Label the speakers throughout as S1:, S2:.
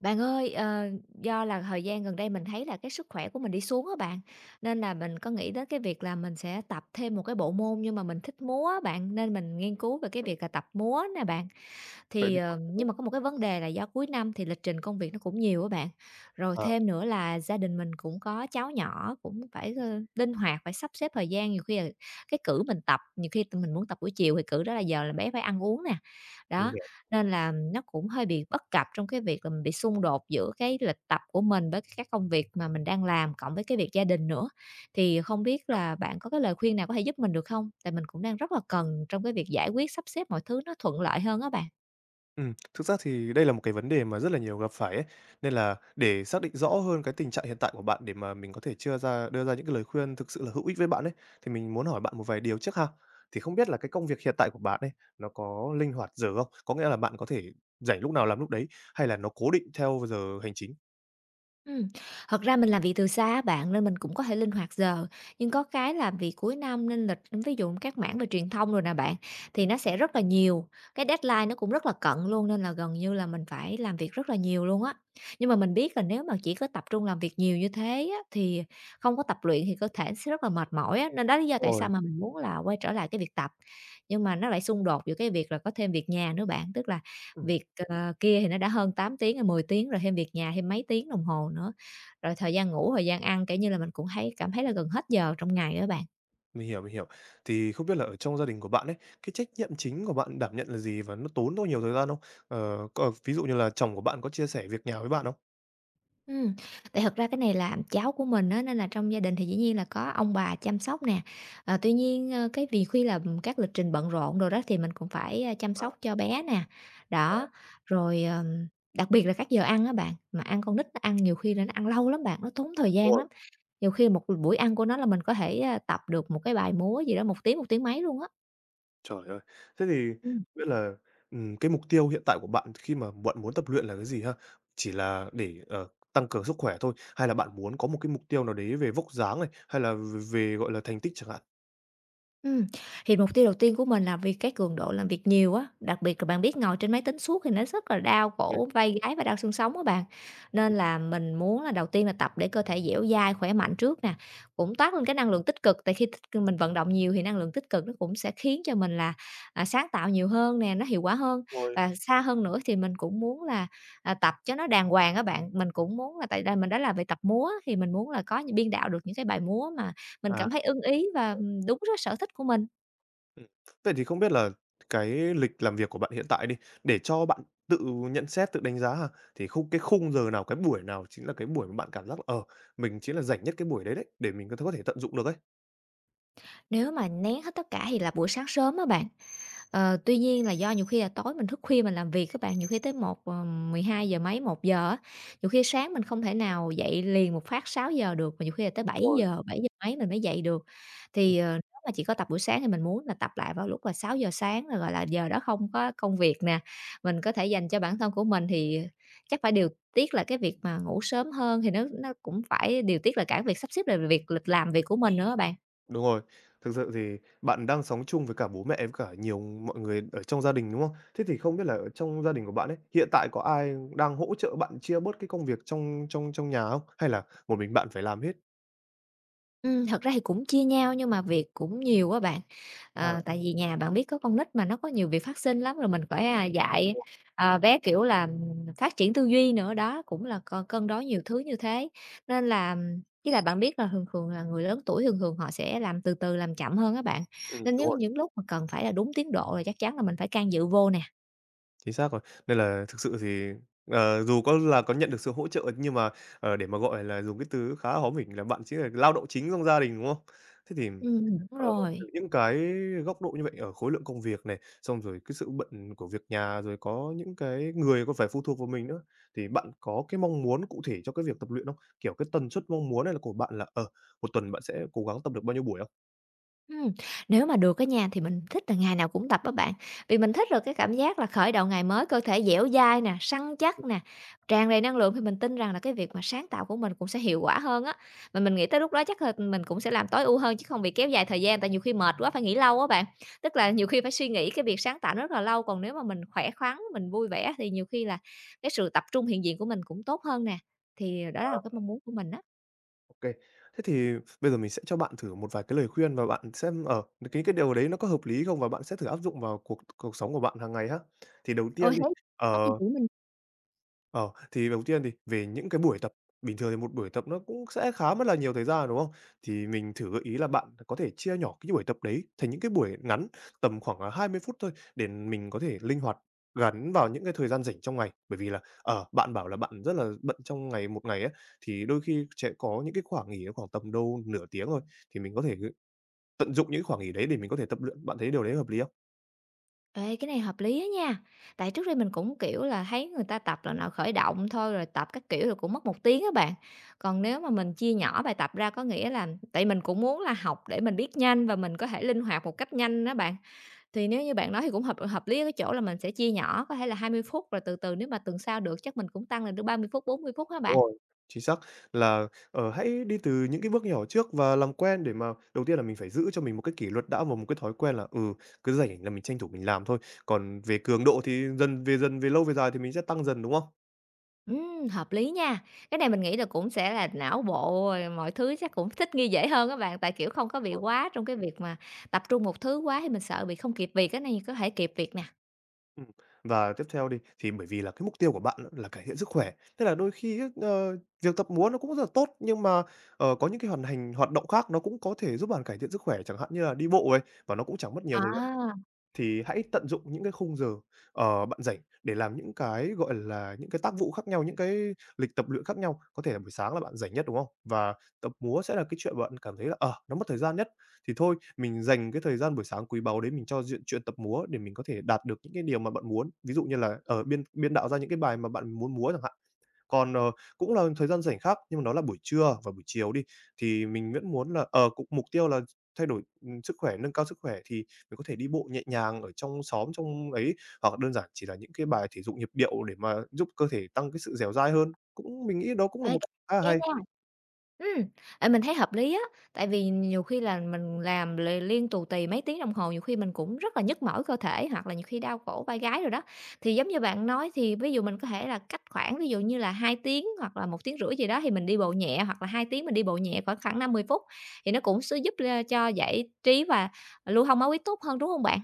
S1: Bạn ơi, do là thời gian gần đây mình thấy là cái sức khỏe của mình đi xuống á bạn, nên là mình có nghĩ đến cái việc là mình sẽ tập thêm một cái bộ môn nhưng mà mình thích múa á bạn, nên mình nghiên cứu về cái việc là tập múa nè bạn.
S2: Vậy
S1: Thì,
S2: thì
S1: ờ, nhưng mà có một cái vấn đề là do cuối năm thì lịch trình công việc nó cũng nhiều á bạn, rồi
S2: à,
S1: thêm nữa là gia đình mình cũng có cháu nhỏ, cũng phải linh hoạt, phải sắp xếp thời gian, nhiều khi là cái cử mình tập, nhiều khi tụi mình muốn tập buổi chiều thì cử đó là giờ là bé phải ăn uống nè.
S2: mình
S1: Đó,
S2: hiểu,
S1: nên là nó cũng hơi bị bất cập trong cái việc là mình bị xung đột giữa cái lịch tập của mình với các công việc mà mình đang làm cộng với cái việc gia đình nữa. Thì không biết
S2: hiểu.
S1: là bạn có cái lời khuyên nào có thể giúp mình được không? Tại mình cũng đang rất là cần trong cái việc giải quyết, sắp xếp mọi thứ nó thuận lợi hơn á bạn.
S2: Thực ra thì đây là một cái vấn đề mà rất là nhiều gặp phải ấy, nên là để xác định rõ hơn cái tình trạng hiện tại của bạn để mà mình có thể chưa ra đưa ra những cái lời khuyên thực sự là hữu ích với bạn ấy, thì mình muốn hỏi bạn một vài điều trước ha. Thì không biết là cái công việc hiện tại của bạn ấy, nó có linh hoạt giờ không? Có nghĩa là bạn có thể rảnh lúc nào làm lúc đấy hay là nó cố định theo giờ hành chính?
S1: Ừm, thật ra mình làm việc từ xa á bạn, nên mình cũng có thể linh hoạt giờ, nhưng có cái làm việc cuối năm nên lịch ví dụ các mảng về truyền thông rồi nè bạn, thì nó sẽ rất là nhiều, cái deadline nó cũng rất là cận luôn, nên là gần như là mình phải làm việc rất là nhiều luôn á. Nhưng mà mình biết là nếu mà chỉ có tập trung làm việc nhiều như thế á, thì không có tập luyện thì cơ thể sẽ rất là mệt mỏi á, nên đó là lý
S2: Đúng
S1: do tại sao
S2: rồi.
S1: mà mình muốn là quay trở lại cái việc tập. Nhưng mà nó lại xung đột giữa cái việc là có thêm việc nhà nữa bạn, tức là việc kia thì nó đã hơn 8 tiếng rồi 10 tiếng rồi, thêm việc nhà thêm mấy tiếng đồng hồ nữa. Rồi thời gian ngủ, thời gian ăn, kiểu như là, mình cũng thấy cảm thấy là gần hết giờ trong ngày đó bạn.
S2: Mình hiểu. Thì không biết là ở trong gia đình của bạn ấy, cái trách nhiệm chính của bạn đảm nhận là gì và nó tốn bao nhiều thời gian không? Ờ, có ví dụ như là chồng của bạn có chia sẻ việc nhà với bạn không?
S1: Ừm, tại thật ra cái này là cháu của mình á, nên là trong gia đình thì dĩ nhiên là có ông bà chăm sóc nè. Ờ, tuy nhiên, cái vì khi là, các lịch trình bận rộn rồi đó thì mình cũng phải chăm
S2: À,
S1: sóc cho bé nè.
S2: à,
S1: Đó, rồi, đặc biệt là các giờ ăn á bạn, mà ăn con nít nó ăn nhiều khi là nó ăn lâu lắm bạn, nó tốn thời
S2: đúng
S1: gian
S2: rồi.
S1: lắm. Nhiều khi một buổi ăn của nó là mình có thể tập được một cái bài múa gì đó một tiếng mấy luôn á.
S2: Trời ơi! Thế thì
S1: Ừm.
S2: không biết là, cái mục tiêu hiện tại của bạn khi mà bạn muốn tập luyện là cái gì ha? Chỉ là để, tăng cường sức khỏe thôi, hay là bạn muốn có một cái mục tiêu nào đấy về vóc dáng này, hay là về, gọi là, thành tích chẳng hạn?
S1: Ừm, thì mục tiêu đầu tiên của mình là vì cái cường độ làm việc nhiều á, đặc biệt là bạn biết ngồi trên máy tính suốt thì nó rất là đau
S2: Rồi,
S1: cổ vai gáy và đau xương sống á bạn. Nên là mình muốn là đầu tiên là tập để cơ thể dẻo dai, khỏe mạnh trước nè, cũng toát lên cái năng lượng tích cực tại khi tích mình vận động nhiều thì năng lượng tích cực nó cũng sẽ khiến cho mình là sáng tạo nhiều hơn nè, nó hiệu quả hơn.
S2: đúng rồi.
S1: Và xa hơn nữa thì mình cũng muốn là tập cho nó đàng hoàng á bạn, mình cũng muốn là tại đây mình đã là về tập múa thì mình muốn là có những biên đạo được những cái bài múa mà mình
S2: À.
S1: cảm thấy ưng ý và, đúng với sở thích của mình.
S2: Ừm. Vậy thì không biết là cái lịch làm việc của bạn hiện tại đi, để cho bạn tự nhận xét, tự đánh giá ha, thì cái khung giờ nào, cái buổi nào chính là cái buổi mà bạn cảm giác là, mình chính là rảnh nhất cái buổi đấy đấy, để mình có thể tận dụng được ấy?
S1: Nếu mà nén hết tất cả thì là buổi sáng sớm á bạn. Ờ, tuy nhiên là do nhiều khi là tối mình thức khuya mình làm việc các bạn, nhiều khi tới mười hai giờ mấy, 1:00 á, nhiều khi sáng mình không thể nào dậy liền một phát sáu giờ được, mà nhiều khi là tới
S2: Rồi.
S1: bảy giờ mấy mình mới dậy được.
S2: Ừm.
S1: Nếu mà chỉ có tập buổi sáng thì mình muốn là tập lại vào lúc là sáu giờ sáng, rồi, gọi là, giờ đó không có công việc nè, mình có thể dành cho bản thân của mình thì chắc phải điều tiết là cái việc mà ngủ sớm hơn thì nó cũng phải điều tiết là cả việc sắp xếp về việc lịch làm việc của mình nữa á bạn.
S2: Đúng rồi. Thực sự thì bạn đang sống chung với cả bố mẹ với cả nhiều mọi người ở trong gia đình, đúng không? Thế thì không biết là ở trong gia đình của bạn ấy, hiện tại có ai đang hỗ trợ bạn chia bớt cái công việc trong trong trong nhà không? Hay là một mình bạn phải làm hết?
S1: Thật ra thì cũng chia nhau nhưng mà việc cũng nhiều á bạn.
S2: À,
S1: Ờ, tại vì nhà bạn biết có con nít mà nó có nhiều việc phát sinh lắm, rồi mình phải, à, dạy,
S2: đúng rồi.
S1: à, bé, kiểu là, phát triển tư duy nữa, đó, cũng là cân đối nhiều thứ như thế. Nên là, với lại bạn biết là thường thường là người lớn tuổi thường thường họ sẽ làm từ từ, làm chậm hơn các bạn, nên
S2: Đúng
S1: nếu
S2: rồi.
S1: những lúc mà cần phải là đúng tiến độ là chắc chắn là mình phải can dự vô nè.
S2: Chính xác rồi. Nên là thực sự thì, dù có là có nhận được sự hỗ trợ nhưng mà, để mà, gọi là, dùng cái từ khá hóm hỉnh là bạn chính là lao động chính trong gia đình, đúng không? Thế thì,
S1: Đúng
S2: ờ, từ
S1: rồi.
S2: những cái góc độ như vậy ở khối lượng công việc này, xong rồi cái sự bận của việc nhà, rồi có những cái người còn phải phụ thuộc vào mình nữa, thì bạn có cái mong muốn cụ thể cho cái việc tập luyện không? Kiểu, cái tần suất mong muốn này là của bạn là, ở một tuần bạn sẽ cố gắng tập được bao nhiêu buổi không?
S1: Ừm, nếu mà được á nha, thì mình thích là ngày nào cũng tập á bạn, vì mình thích được cái cảm giác là khởi đầu ngày mới cơ thể dẻo dai nè, săn chắc nè, tràn đầy năng lượng thì mình tin rằng là cái việc mà sáng tạo của mình cũng sẽ hiệu quả hơn á. Mà mình nghĩ tới lúc đó chắc là mình cũng sẽ làm tối ưu hơn chứ không bị kéo dài thời gian, tại nhiều khi mệt quá phải nghỉ lâu á bạn. Tức là nhiều khi phải suy nghĩ cái việc sáng tạo rất là lâu, còn nếu mà mình khỏe khoắn, mình vui vẻ thì nhiều khi là cái sự tập trung hiện diện của mình cũng tốt hơn nè, thì đó là cái mong muốn của mình á.
S2: OK. Thế thì bây giờ mình sẽ cho bạn thử một vài cái lời khuyên và bạn xem, ở cái điều đấy nó có hợp lý không? Và bạn sẽ thử áp dụng vào cuộc cuộc sống của bạn hàng ngày ha. Thì đầu
S1: Ôi,
S2: tiên đi,
S1: thế
S2: ờ
S1: thì chỉ mình
S2: Ờ, thì đầu tiên thì về những cái buổi tập, bình thường thì một buổi tập nó cũng sẽ khá mất là nhiều thời gian, đúng không? Thì mình thử gợi ý là bạn có thể chia nhỏ cái buổi tập đấy thành những cái buổi ngắn tầm khoảng, 20 phút thôi để mình có thể linh hoạt gắn vào những cái thời gian rảnh trong ngày. Bởi vì là, ở bạn bảo là bạn rất là bận trong ngày một ngày á, thì đôi khi sẽ có những cái khoảng nghỉ khoảng tầm đâu nửa tiếng thôi, thì mình có thể, ừ, tận dụng những khoảng nghỉ đấy để mình có thể tập luyện. Bạn thấy điều đấy hợp lý không?
S1: ê, cái này hợp lý á nha. Tại trước đây mình cũng, kiểu là, thấy người ta tập là nào khởi động thôi, rồi tập các kiểu là cũng mất một tiếng á bạn. Còn nếu mà mình chia nhỏ bài tập ra có nghĩa là tại mình cũng muốn là học để mình biết nhanh và mình có thể linh hoạt một cách nhanh đó bạn. Thì nếu như bạn nói thì cũng hợp hợp lý ở cái chỗ là mình sẽ chia nhỏ, có thể là 20 phút, rồi từ từ nếu mà tuần sau được chắc mình cũng tăng lên được 30 phút, 40 phút hả
S2: Đúng
S1: bạn?
S2: rồi, chính xác là, hãy đi từ những cái bước nhỏ trước và làm quen để mà đầu tiên là mình phải giữ cho mình một cái kỷ luật đã và một cái thói quen là, ừ, cứ rảnh là mình tranh thủ mình làm thôi. Còn về cường độ thì về lâu về dài thì mình sẽ tăng dần, đúng không?
S1: Hợp lý nha. Cái này mình nghĩ là cũng sẽ là não bộ, rồi mọi thứ chắc cũng thích nghi dễ hơn các bạn, tại, kiểu, không có bị
S2: Rồi,
S1: quá trong cái việc mà tập trung một thứ quá thì mình sợ bị không kịp việc, cái này có thể kịp việc nè.
S2: ừm, và tiếp theo đi, thì bởi vì là cái mục tiêu của bạn á là cải thiện sức khỏe, thế là đôi khi á, việc tập múa nó cũng rất là tốt, nhưng mà, có những cái hoàn hành hoạt động khác nó cũng có thể giúp bạn cải thiện sức khỏe, chẳng hạn như là đi bộ này, và nó cũng chẳng mất nhiều thời gian.
S1: À,
S2: Thì hãy tận dụng những cái khung giờ, bạn rảnh để làm những cái, gọi là, những cái tác vụ khác nhau, những cái lịch tập luyện khác nhau. Có thể là buổi sáng là bạn rảnh nhất, đúng không? Và tập múa sẽ là cái chuyện bạn cảm thấy là, nó mất thời gian nhất. Thì thôi, mình dành cái thời gian buổi sáng quý báu đấy mình cho diện chuyện tập múa để mình có thể đạt được những cái điều mà bạn muốn. Ví dụ như là, ở biên biên đạo ra những cái bài mà bạn muốn múa chẳng hạn. Còn, cũng là thời gian rảnh khác, nhưng mà nó là buổi trưa và buổi chiều đi, thì mình vẫn muốn là, cũng mục tiêu là thay đổi, sức khỏe, nâng cao sức khỏe thì mình có thể đi bộ nhẹ nhàng ở trong xóm, trong ấy, hoặc đơn giản chỉ là những cái bài thể dục nhịp điệu để mà giúp cơ thể tăng cái sự dẻo dai hơn. Cũng mình nghĩ đó cũng là
S1: ê,
S2: một
S1: cái này
S2: cái khá là
S1: hay
S2: hay.
S1: á nha. Ừm, mình thấy hợp lý á, tại vì nhiều khi là mình làm liên tù tì mấy tiếng đồng hồ, nhiều khi mình cũng rất là nhức mỏi cơ thể hoặc là nhiều khi đau cổ vai gáy rồi đó. Thì giống như bạn nói thì ví dụ mình có thể là cách khoảng ví dụ như là 2 tiếng hoặc là một tiếng rưỡi gì đó thì mình đi bộ nhẹ, hoặc là 2 tiếng mình đi bộ nhẹ khoảng khoảng 50 phút, thì nó cũng sẽ giúp cho giải trí và lưu thông máu huyết tốt hơn, đúng không bạn?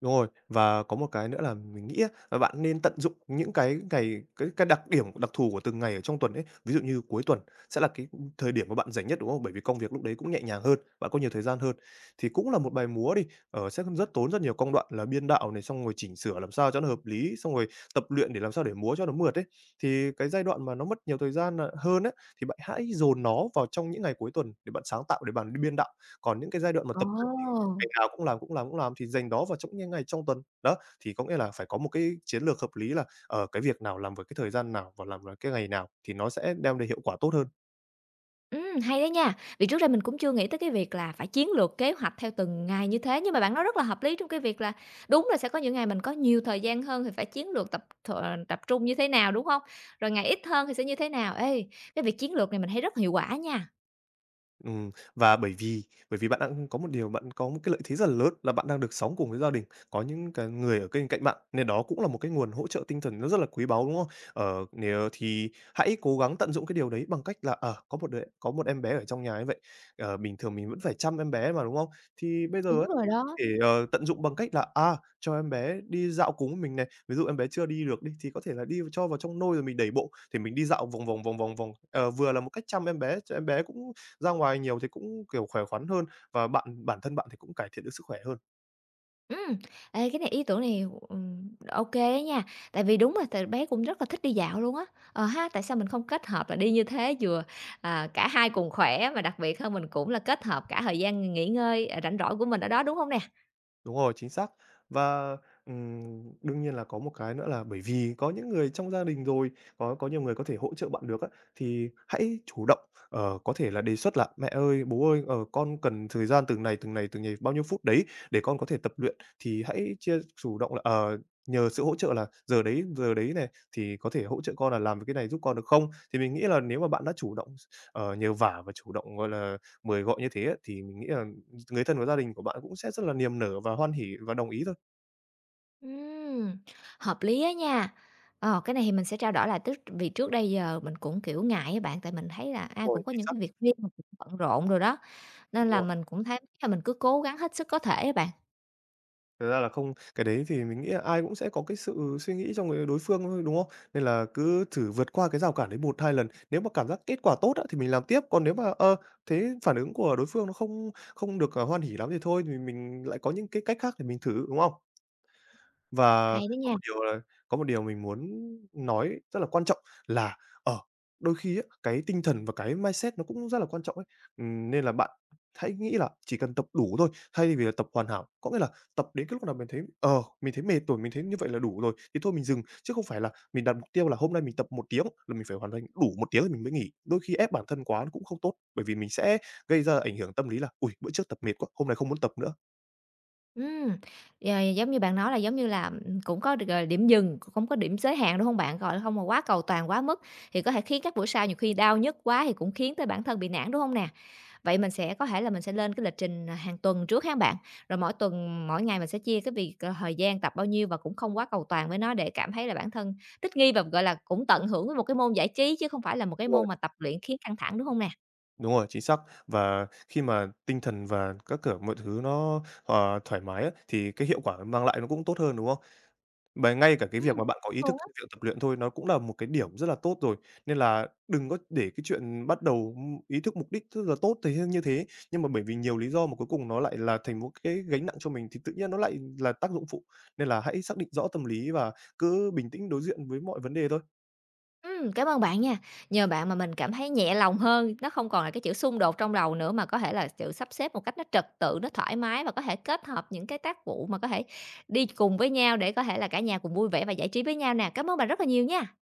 S2: Đúng rồi, và có một cái nữa là mình nghĩ á, là bạn nên tận dụng những cái ngày cái đặc điểm, đặc thù của từng ngày ở trong tuần ấy. Ví dụ như cuối tuần sẽ là cái thời điểm mà bạn rảnh nhất, đúng không? Bởi vì công việc lúc đấy cũng nhẹ nhàng hơn, bạn có nhiều thời gian hơn. Thì cũng là một bài múa đi, sẽ rất tốn rất nhiều công đoạn là biên đạo này, xong rồi chỉnh sửa làm sao cho nó hợp lý, xong rồi tập luyện để làm sao để múa cho nó mượt ấy. Thì cái giai đoạn mà nó mất nhiều thời gian, hơn ấy thì bạn hãy dồn nó vào trong những ngày cuối tuần để bạn sáng tạo, để bạn đi biên đạo. Còn những cái giai đoạn mà tập
S1: Ồ!
S2: ngày nào cũng làm, cũng làm, cũng làm thì dành đó vào trong những ngày trong tuần. Đó, thì có nghĩa là phải có một cái chiến lược hợp lý là, cái việc nào làm với cái thời gian nào và làm vào cái ngày nào thì nó sẽ đem đến hiệu quả tốt hơn.
S1: Hay đó nha. Vì trước đây mình cũng chưa nghĩ tới cái việc là phải chiến lược kế hoạch theo từng ngày như thế, nhưng mà bạn nói rất là hợp lý trong cái việc là đúng là sẽ có những ngày mình có nhiều thời gian hơn thì phải chiến lược tập trung như thế nào, đúng không? Rồi ngày ít hơn thì sẽ như thế nào. Ê, cái việc chiến lược này mình thấy rất hiệu quả nha.
S2: Và bởi vì bạn đang có một điều bạn có một cái lợi thế rất là lớn là bạn đang được sống cùng với gia đình, có những cái người ở bên cạnh bạn, nên đó cũng là một cái nguồn hỗ trợ tinh thần nó rất là quý báu, đúng không? Ờ, nếu thì hãy cố gắng tận dụng cái điều đấy bằng cách là, có một đứa có một em bé ở trong nhà như vậy, bình thường mình vẫn phải chăm em bé mà, đúng không? Thì bây giờ
S1: Đúng
S2: ấy
S1: rồi đó.
S2: thể, tận dụng bằng cách là, cho em bé đi dạo cùng với mình này, ví dụ em bé chưa đi được đi, thì có thể là đi cho vào trong nôi rồi mình đẩy bộ, thì mình đi dạo vòng vòng, vòng vòng vòng, vừa là một cách chăm em bé, cho em bé cũng ra ngoài nhiều thì cũng, kiểu, khỏe khoắn hơn và bản thân bạn thì cũng cải thiện được sức khỏe hơn.
S1: Ừm, ê, cái này ý tưởng này, ô á nha, tại vì đúng rồi, tại bé cũng rất là thích đi dạo luôn á. Ờ ha, tại sao mình không kết hợp là đi như thế vừa, cả hai cùng khỏe mà đặc biệt hơn mình cũng là kết hợp cả thời gian nghỉ ngơi, rảnh rỗi của mình ở đó, đúng hông nè?
S2: Đúng rồi, chính xác. Và, đương nhiên là có một cái nữa là bởi vì có những người trong gia đình rồi, có nhiều người có thể hỗ trợ bạn được á, thì hãy chủ động, có thể là đề xuất là "Mẹ ơi, bố ơi, con cần thời gian từng này, từng này, từng này bao nhiêu phút đấy để con có thể tập luyện." Thì hãy chia chủ động là, nhờ sự hỗ trợ là giờ đấy này, thì có thể hỗ trợ con là làm cái này giúp con được không?" Thì mình nghĩ là nếu mà bạn đã chủ động, nhờ vả và chủ động, gọi là, mời gọi như thế á, thì mình nghĩ là người thân của gia đình của bạn cũng sẽ rất là niềm nở và hoan hỉ và đồng ý thôi.
S1: Ừm, hợp lý á nha. Ờ, cái này thì mình sẽ trao đổi lại, tức vì trước đây giờ mình cũng, kiểu, ngại á bạn, tại mình thấy là ai
S2: Rồi,
S1: cũng có
S2: chính
S1: những
S2: xác.
S1: cái việc riêng mà cũng bận rộn đồ đó, nên
S2: Đúng
S1: là
S2: rồi.
S1: mình cũng thấy là mình cứ cố gắng hết sức có thể á bạn.
S2: Thật ra là không cái đấy thì mình nghĩ là ai cũng sẽ có cái sự suy nghĩ trong người đối phương thôi, đúng không? Nên là cứ thử vượt qua cái rào cản đấy một 2 lần, nếu mà cảm giác kết quả tốt á, thì mình làm tiếp, còn nếu mà, thế phản ứng của đối phương nó không không được, hoan hỉ lắm thì thôi thì mình lại có những cái cách khác để mình thử, đúng không? Và
S1: Hay đó nha.
S2: có một điều mình muốn nói rất là quan trọng là, ở đôi khi á, cái tinh thần và cái mindset nó cũng rất là quan trọng ấy. Nên là bạn hãy nghĩ là chỉ cần tập đủ thôi, thay vì là tập hoàn hảo. Có nghĩa là tập đến cái lúc nào mình thấy, mình thấy mệt rồi, mình thấy như vậy là đủ rồi thì thôi mình dừng, chứ không phải là mình đặt mục tiêu là hôm nay mình tập 1 tiếng là mình phải hoàn thành đủ 1 tiếng thì mình mới nghỉ. Đôi khi ép bản thân quá nó cũng không tốt, bởi vì mình sẽ gây ra ảnh hưởng tâm lý là ui bữa trước tập mệt quá, hôm nay không muốn tập nữa."
S1: Ừm, giống như bạn nói là giống như là, cũng có được, gọi điểm dừng, cũng không có điểm giới hạn, đúng không bạn? Gọi là, không mà quá cầu toàn, quá mức thì có thể khiến các buổi sau nhiều khi đau nhức quá thì cũng khiến tới bản thân bị nản, đúng không nè? Vậy mình sẽ có thể là mình sẽ lên cái lịch trình hàng tuần trước ha bạn? Rồi mỗi tuần, mỗi ngày mình sẽ chia cái việc, thời gian tập bao nhiêu và cũng không quá cầu toàn với nó để cảm thấy là bản thân thích nghi và, gọi là, cũng tận hưởng với một cái môn giải trí chứ không phải là một cái môn mà tập luyện khiến căng thẳng, đúng không nè?
S2: Đúng rồi, chính xác. Và khi mà tinh thần và các kiểu mọi thứ nó, thoải mái á, thì cái hiệu quả mang lại nó cũng tốt hơn, đúng không? Và ngay cả cái việc mà bạn có ý thức
S1: Ừm.
S2: trong việc tập luyện thôi, nó cũng là một cái điểm rất là tốt rồi. Nên là đừng có để cái chuyện bắt đầu, ý thức mục đích rất là tốt như thế, nhưng mà bởi vì nhiều lý do mà cuối cùng nó lại là thành một cái gánh nặng cho mình thì tự nhiên nó lại là tác dụng phụ. Nên là hãy xác định rõ tâm lý và cứ bình tĩnh đối diện với mọi vấn đề thôi.
S1: Cảm ơn bạn nha. Nhờ bạn mà mình cảm thấy nhẹ lòng hơn, nó không còn là cái chữ xung đột trong đầu nữa mà có thể là sự sắp xếp một cách nó trật tự, nó thoải mái và có thể kết hợp những cái tác vụ mà có thể đi cùng với nhau để có thể là cả nhà cùng vui vẻ và giải trí với nhau nè. Cảm ơn bạn rất là nhiều nha.